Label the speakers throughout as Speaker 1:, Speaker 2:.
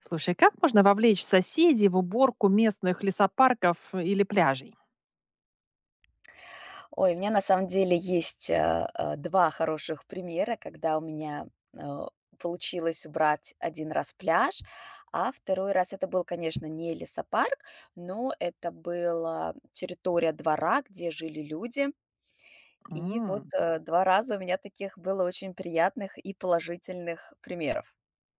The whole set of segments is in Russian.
Speaker 1: Слушай, как можно вовлечь соседей в уборку местных лесопарков или пляжей?
Speaker 2: Ой, у меня на самом деле есть, 2 хороших примера, когда у меня, а, получилось убрать один раз пляж, а второй раз это был, конечно, не лесопарк, но это была территория двора, где жили люди. И вот,
Speaker 1: М.
Speaker 2: 2 раза у меня таких было очень приятных и положительных примеров.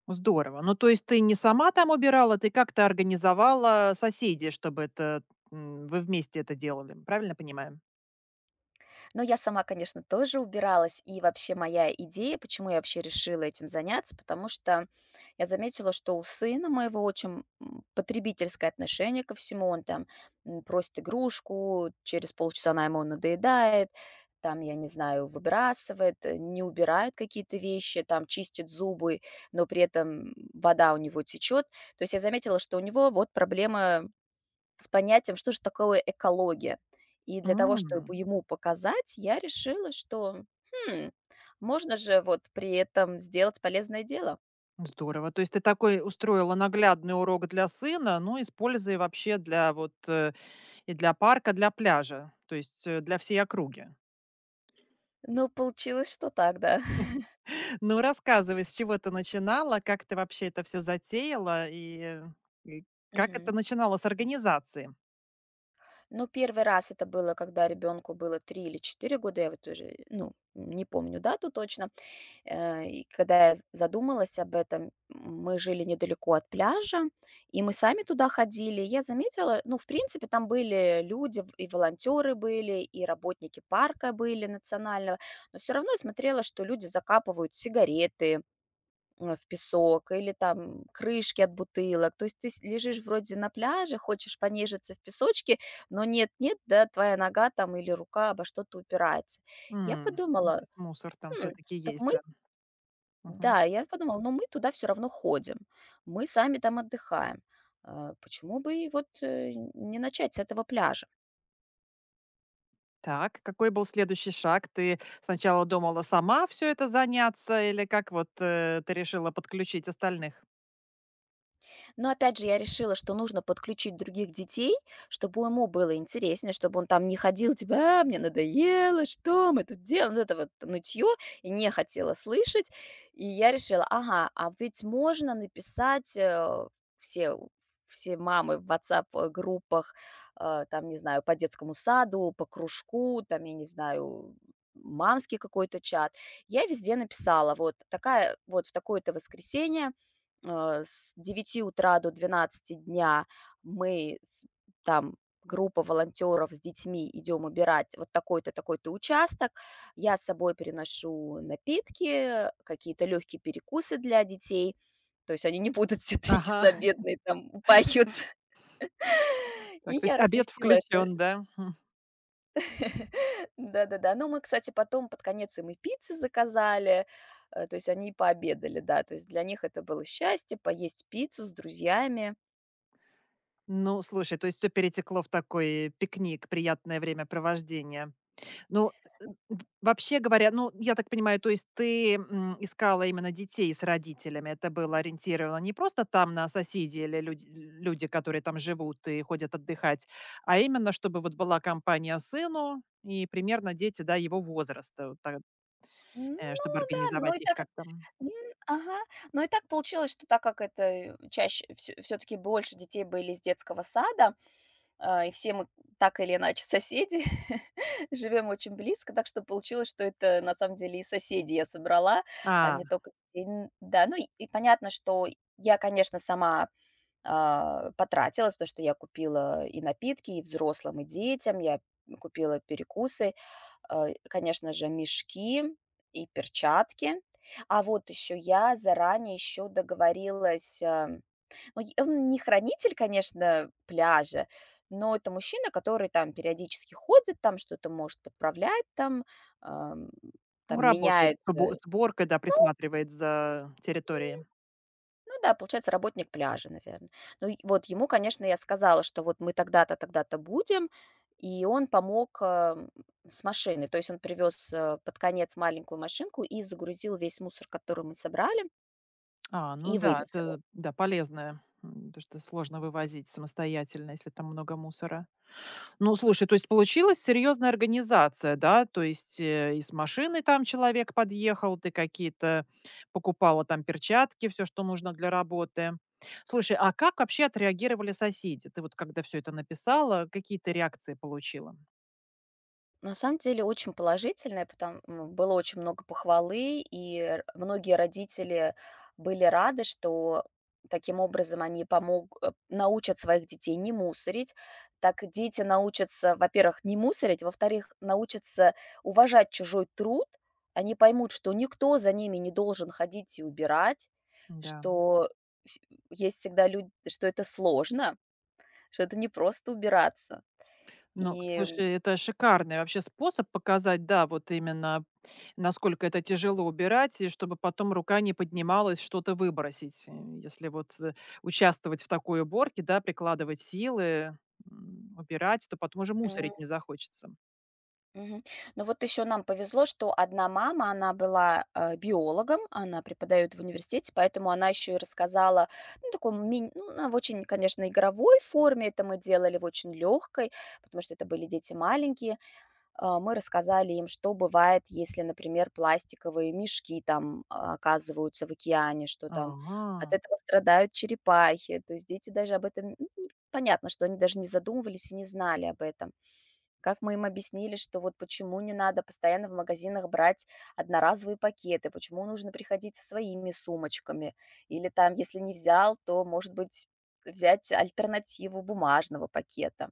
Speaker 1: Здорово. Ну, то есть ты не сама там убирала, ты как-то организовала соседей, чтобы это, м, вы вместе это делали. Правильно понимаю?
Speaker 2: Но я сама, конечно, тоже убиралась. И вообще моя идея, почему я вообще решила этим заняться, потому что я заметила, что у сына моего очень потребительское отношение ко всему. Он там просит игрушку, через полчаса она ему надоедает, там, я не знаю, выбрасывает, не убирает какие-то вещи, там, чистит зубы, но при этом вода у него течет. То есть я заметила, что у него вот проблема с понятием, что же такое экология. И для того,
Speaker 1: М.
Speaker 2: чтобы ему показать, я решила, что, хм, можно же вот при этом сделать полезное дело.
Speaker 1: Здорово. То есть ты такой устроила наглядный урок для сына, ну, используя вообще для вот и для парка, для пляжа, то есть, для всей округи.
Speaker 2: Ну, получилось, что так, да.
Speaker 1: Ну, рассказывай, с чего ты начинала, как ты вообще это все затеяла и как
Speaker 2: Мгм.
Speaker 1: это начинало с организации?
Speaker 2: Ну, первый раз это было, когда ребенку было 3 или 4 года, я вот уже, ну, не помню дату точно. И когда я з задумалась об этом, мы жили недалеко от пляжа, и мы сами туда ходили. Я заметила, ну, в принципе, там были люди, в и волонтеры были, и работники парка были национального, но все равно я смотрела, что люди закапывают сигареты, в песок или там крышки от бутылок. То есть ты с лежишь вроде на пляже, хочешь понежиться в песочке, но нет-нет, да твоя нога там или рука обо что-то упирается. Я
Speaker 1: М, ну, то
Speaker 2: подумала:
Speaker 1: есть мусор там
Speaker 2: "М,
Speaker 1: все-таки
Speaker 2: так
Speaker 1: есть,
Speaker 2: мы
Speaker 1: да. Мгм.
Speaker 2: Да, я подумала, ну, мы туда все равно ходим, мы сами там отдыхаем. А, почему бы и вот, не начать с этого пляжа?
Speaker 1: Так, какой был следующий шаг? Ты сначала думала сама все это заняться или как вот, ты решила подключить остальных?
Speaker 2: Но опять же, я решила, что нужно подключить других детей, чтобы ему было интереснее, чтобы он там не ходил, типа: «А, мне надоело, что мы тут делаем?» Вот это вот нытьё и не хотела слышать. И я решила: ага, а ведь можно написать, все все мамы в WhatsApp группах, там, не знаю, по детскому саду, по кружку, там, я не знаю, мамский какой-то чат. Я везде написала: вот такая вот в такое-то воскресенье с 9 утра до 12 дня мы с там группа волонтеров с детьми идем убирать вот такой-то, такой-то участок. Я с собой переношу напитки, какие-то легкие перекусы для детей. То есть они не будут все три
Speaker 1: Ага.
Speaker 2: часа бедные там упахиваться. И
Speaker 1: Так, то
Speaker 2: я
Speaker 1: есть обед
Speaker 2: разместила
Speaker 1: включен,
Speaker 2: это.
Speaker 1: да? Хм.
Speaker 2: Да-да-да. Но мы, кстати, потом под конец им и пиццы заказали. То есть они и пообедали, да. То есть для них это было счастье поесть пиццу с друзьями.
Speaker 1: Ну, слушай, то есть все перетекло в такой пикник, приятное времяпровождение. Ну,
Speaker 2: М.
Speaker 1: в вообще говоря, ну, я так понимаю, то есть ты, м, искала именно детей с родителями? Это было ориентировано не просто там на соседей или люди, которые там живут и ходят отдыхать, а именно чтобы вот была компания сыну и примерно дети, да, его возраста, вот так,
Speaker 2: М,
Speaker 1: чтобы
Speaker 2: да, но и
Speaker 1: организовать их
Speaker 2: так как
Speaker 1: как там.
Speaker 2: м, ага. Но и так получилось, что так как это, чаще все всё-таки больше детей были из детского сада, А, и все мы так или иначе соседи, живем очень близко, так что получилось, что это на самом деле и соседи я собрала, а
Speaker 1: А,
Speaker 2: не только детей. Да, ну и понятно, что я, конечно, сама потратилась, потому что я купила и напитки, и взрослым, и детям, я купила перекусы, конечно же, мешки и перчатки. А вот еще я заранее еще договорилась Ой, он не хранитель, конечно, пляжа, но это мужчина, который там периодически ходит, там что-то может подправлять, там, ам,
Speaker 1: ну,
Speaker 2: там
Speaker 1: работает
Speaker 2: меняет.
Speaker 1: с убо с, да,
Speaker 2: Ну
Speaker 1: присматривает за территорией.
Speaker 2: ну да, получается, работник пляжа, наверное. Ну и вот ему, конечно, я сказала, что вот мы тогда-то, тогда-то будем, и он помог, с машиной. То есть он привез, под конец маленькую машинку и загрузил весь мусор, который мы собрали,
Speaker 1: А, ну
Speaker 2: и
Speaker 1: да,
Speaker 2: вывез его.
Speaker 1: это, да, полезное, м, потому что сложно вывозить самостоятельно, если там много мусора. Ну, слушай, то есть получилась серьезная организация, да? То есть, и с машиной там человек подъехал, ты какие-то покупала там перчатки, все, что нужно для работы. Слушай, а как вообще отреагировали соседи? Ты вот когда все это написала, какие ты реакции получила?
Speaker 2: На самом деле очень положительное, потому было очень много похвалы, и многие родители были рады, что таким образом они помог, научат своих детей не мусорить. Так дети научатся, во-первых, не мусорить, во-вторых, научатся уважать чужой труд. Они поймут, что никто за ними не должен ходить и убирать,
Speaker 1: Да.
Speaker 2: что ф- есть всегда люди, что это сложно, что это не просто убираться.
Speaker 1: Ну,
Speaker 2: И
Speaker 1: слушай, это шикарный вообще способ показать, да, вот именно насколько это тяжело убирать, и чтобы потом рука не поднималась что-то выбросить. Если вот, участвовать в такой уборке, да, прикладывать силы, м, убирать, то потом уже мусорить не захочется.
Speaker 2: Мгм. Ну вот еще нам повезло, что одна мама, она была, биологом, она преподает в университете, поэтому она еще и рассказала, ну, она в очень, конечно, игровой форме, это мы делали в очень легкой, потому что это были дети маленькие. А, мы рассказали им, что бывает, если, например, пластиковые мешки там, оказываются в океане, что там от
Speaker 1: Ага.
Speaker 2: этого страдают черепахи. То есть дети даже об этом, ну, понятно, что они даже не задумывались и не знали об этом. Как мы им объяснили, что вот почему не надо постоянно в магазинах брать одноразовые пакеты, почему нужно приходить со своими сумочками, или там, если не взял, то, может быть, взять альтернативу бумажного пакета.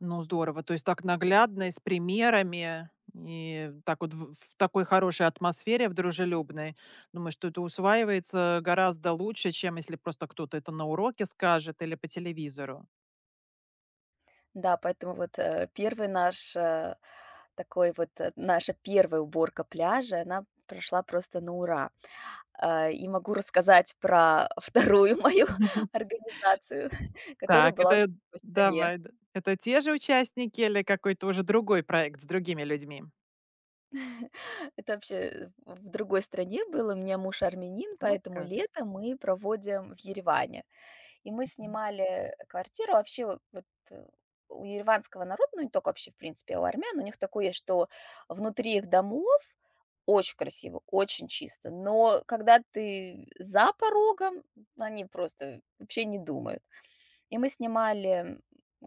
Speaker 1: Ну, здорово. То есть так наглядно и с примерами, и так вот в такой хорошей атмосфере, в дружелюбной. Думаю, что это усваивается гораздо лучше, чем если просто кто-то это на уроке скажет или по телевизору.
Speaker 2: Да, поэтому вот э, первый наш э, такой вот э, наша первая уборка пляжа, она прошла просто на ура. И могу рассказать про вторую мою организацию, которая
Speaker 1: Так,
Speaker 2: была уже
Speaker 1: это,
Speaker 2: в другой стране.
Speaker 1: давай, да. Это те же участники или какой-то уже другой проект с другими людьми?
Speaker 2: Это вообще в другой стране было. У меня муж армянин,
Speaker 1: Вот
Speaker 2: поэтому
Speaker 1: как.
Speaker 2: лето мы проводим в Ереване. И мы
Speaker 1: Мгм.
Speaker 2: снимали квартиру. Вообще вот э, у ереванского народа, ну не только вообще, в принципе, а у армян, у них такое есть, что внутри их домов очень красиво, очень чисто. Но когда ты за порогом, они просто вообще не думают. И мы снимали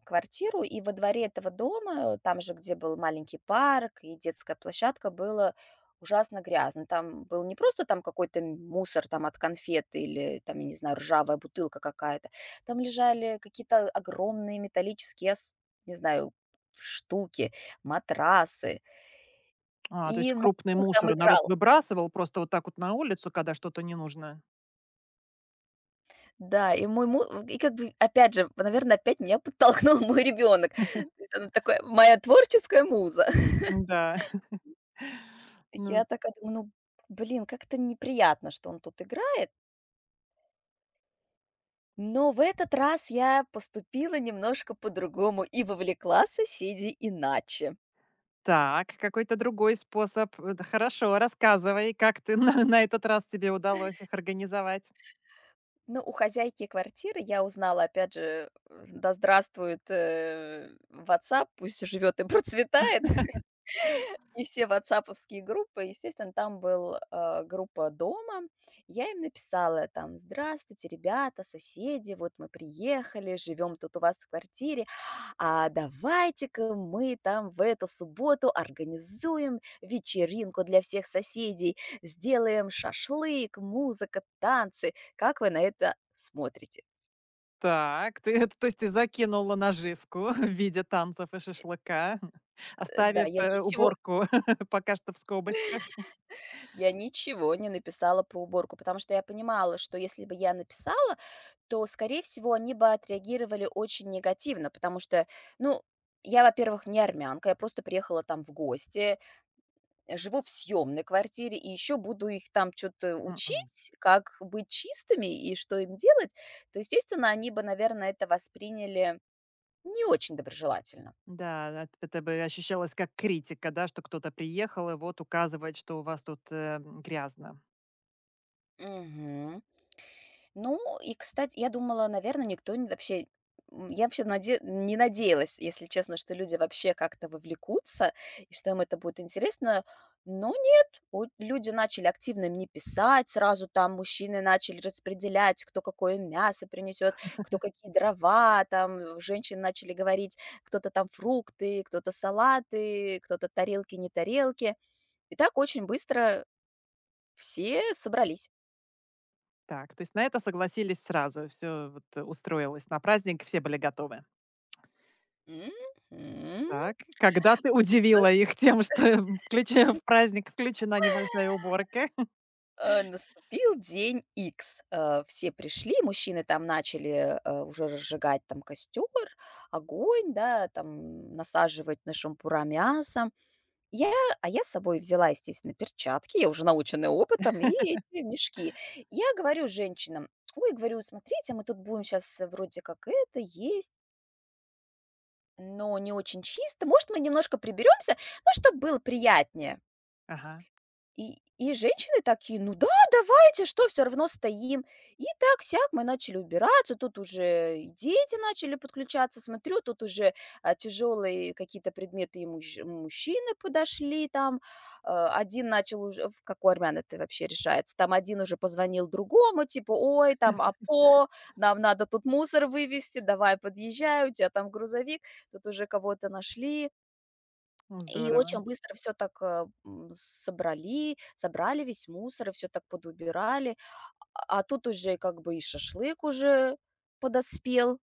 Speaker 2: квартиру, и во дворе этого дома, там же, где был маленький парк и детская площадка, было ужасно грязно. Там был не просто там какой-то мусор там от конфет или там, я не знаю, ржавая бутылка какая-то. Там лежали какие-то огромные металлические, я не знаю, штуки, матрасы.
Speaker 1: А, то есть
Speaker 2: И мой
Speaker 1: крупный
Speaker 2: ребенок там
Speaker 1: мусор народ
Speaker 2: играл.
Speaker 1: выбрасывал просто вот так вот на улицу, когда что-то не нужно.
Speaker 2: Да, и мой му... И как бы, опять же, наверное, опять меня подтолкнул мой ребенок. То есть она такая моя творческая муза.
Speaker 1: Да. Ну
Speaker 2: Я такая думаю, ну, блин, как-то неприятно, что он тут играет. Но в этот раз я поступила немножко по-другому и вовлекла соседей иначе.
Speaker 1: так, какой-то другой способ. Хорошо, рассказывай, как ты на этот раз тебе удалось их организовать.
Speaker 2: Ну, у хозяйки квартиры я узнала, опять же, да здравствует WhatsApp, пусть живет и процветает. И все ватсаповские группы, естественно, там был, группа дома. Я им написала там: «Здравствуйте, ребята, соседи, вот мы приехали, живем тут у вас в квартире, а давайте-ка мы там в эту субботу организуем вечеринку для всех соседей, сделаем шашлык, музыка, танцы. Как вы на это смотрите?»
Speaker 1: Так, ты, это, то есть ты закинула наживку в виде танцев и шашлыка,
Speaker 2: Да,
Speaker 1: оставив
Speaker 2: я ничего
Speaker 1: уборку пока что в скобочках.
Speaker 2: я ничего не написала про уборку, потому что я понимала, что если бы я написала то, скорее всего, они бы отреагировали очень негативно, потому что, ну, я, во-первых, не армянка, я просто приехала там в гости, живу в съемной квартире, и еще буду их там что-то
Speaker 1: Мгм.
Speaker 2: учить, как быть чистыми и что им делать, то, естественно, они бы, наверное, это восприняли не очень доброжелательно.
Speaker 1: Да, эт это бы ощущалось как критика, да, что кто-то приехал и вот указывает, что у вас тут, грязно.
Speaker 2: Мгм. Ну и, кстати, я думала, наверное, никто н вообще я вообще наде не надеялась, если честно, что люди вообще как-то вовлекутся и что им это будет интересно. Но нет, от люди начали активно мне писать, сразу там мужчины начали распределять, кто какое мясо принесет, кто какие дрова, там женщины начали говорить, кто-то там фрукты, кто-то салаты, кто-то тарелки, не тарелки. И так очень быстро все собрались.
Speaker 1: Так, то есть на это согласились сразу, все вот, устроилось на праздник, все были готовы.
Speaker 2: Мгм.
Speaker 1: Так, когда ты удивила их тем, что, включена в праздник включена небольшая уборка?
Speaker 2: Наступил день X. Все пришли, мужчины там начали, уже разжигать там костер, огонь, да, там насаживать на шампура мясо. Я я с собой взяла, естественно, перчатки, я уже наученная опытом, и эти мешки. Я говорю женщинам: «Ой, говорю, смотрите, мы тут будем сейчас вроде как это есть, но не очень чисто. Может, мы немножко приберемся, ну, чтобы было приятнее?»
Speaker 1: Ага,
Speaker 2: И женщины такие: «Ну да, давайте, что, все равно стоим». И так-сяк мы начали убираться, тут уже и дети начали подключаться. Смотрю, тут уже, тяжелые какие-то предметы и мужчины подошли там. Один начал уже в как у армян это вообще решается. Там один уже позвонил другому, типа: «Ой, там, апо, нам надо тут мусор вывезти, давай подъезжай, у тя там грузовик». Тут уже кого-то нашли,
Speaker 1: ну
Speaker 2: и
Speaker 1: здорово,
Speaker 2: очень быстро все так, собрали, собрали весь мусор и все так подубирали. А тут уже как бы и шашлык уже подоспел.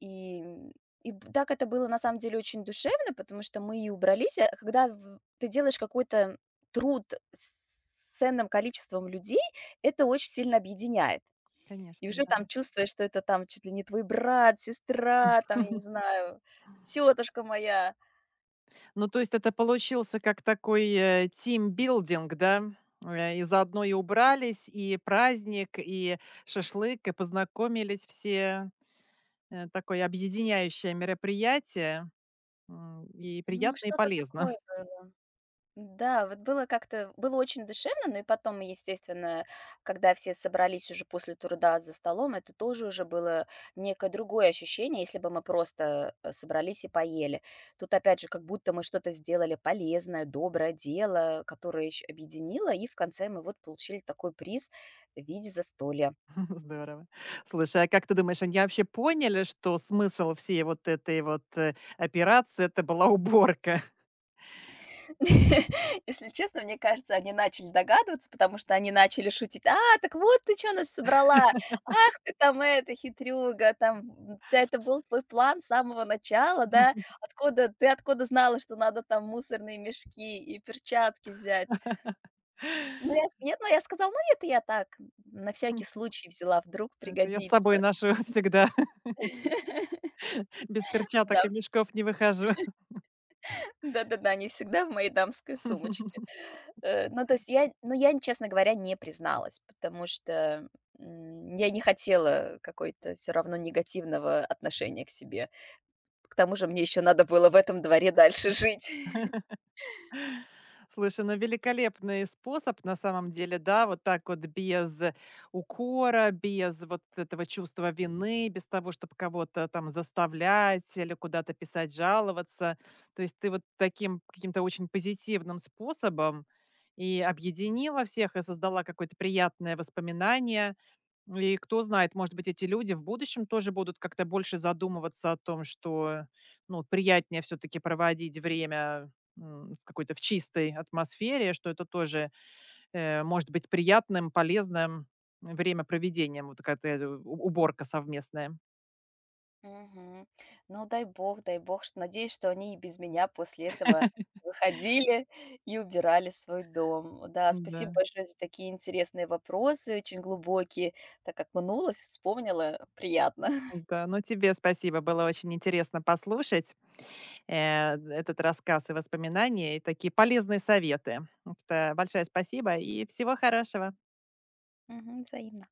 Speaker 2: И, м, и б так это было на самом деле очень душевно, потому что мы и убрались. А когда в ты делаешь какой-то труд с ценным количеством людей, это очень сильно объединяет. И
Speaker 1: конечно,
Speaker 2: уже
Speaker 1: да.
Speaker 2: там чувствуешь, что это там чуть ли не твой брат, сестра, там, я не знаю, тетушка моя.
Speaker 1: Ну, то есть это получился как такой, тимбилдинг, да? И заодно и убрались, и праздник, и шашлык, и познакомились все. Такое объединяющее мероприятие, м, и
Speaker 2: Ну,
Speaker 1: приятно, и
Speaker 2: что-то
Speaker 1: полезно.
Speaker 2: такое было. Да, вот было как-то было очень душевно, но и потом, естественно, когда все собрались уже после труда за столом, это тоже уже было некое другое ощущение, если бы мы просто, собрались и поели. Тут опять же, как будто мы что-то сделали полезное, доброе дело, которое еще объединило, и в конце мы вот получили такой приз в виде застолья.
Speaker 1: Здорово. Слушай, а как ты думаешь, они вообще поняли, что смысл всей вот этой вот, операции — это была уборка?
Speaker 2: Если честно, мне кажется, они начали догадываться, потому что они начали шутить: «А, так вот ты что нас собрала! Ах ты там эта хитрюга, там, у тебя это был твой план с самого начала, да? Откуда знала, что надо там мусорные мешки и перчатки взять?» Ну, я нет, ну, я сказала: «Ну, это я так, на всякий случай взяла, вдруг
Speaker 1: Это я с собой
Speaker 2: пригодится».
Speaker 1: ношу всегда, без перчаток
Speaker 2: Да.
Speaker 1: и мешков не выхожу.
Speaker 2: Да-да-да, они всегда в моей дамской сумочке. Ну, то есть я, ну, я, честно говоря, не призналась, потому что, я не хотела какой-то все равно негативного отношения к себе. К тому же мне еще надо было в этом дворе дальше жить.
Speaker 1: Слушай, ну великолепный способ на самом деле, да, вот так вот без укора, без вот этого чувства вины, без того, чтобы кого-то там заставлять или куда-то писать, жаловаться. То есть ты вот таким каким-то очень позитивным способом и объединила всех, и создала какое-то приятное воспоминание, и кто знает, может быть, эти люди в будущем тоже будут как-то больше задумываться о том, что, ну, вот приятнее все-таки проводить время, м, в какой-то в чистой атмосфере, что это тоже, может быть приятным, полезным времяпроведением, вот такая уборка совместная.
Speaker 2: Мгм. Ну, дай бог, что надеюсь, что они и без меня после этого выходили и убирали свой дом. Да, спасибо
Speaker 1: Да,
Speaker 2: большое за такие интересные вопросы, очень глубокие. Так как окунулась, вспомнила, приятно.
Speaker 1: да. Ну, тебе спасибо. Было очень интересно послушать этот рассказ и воспоминания, и такие полезные советы. Так что большое спасибо и всего хорошего.
Speaker 2: Мгм. Взаимно.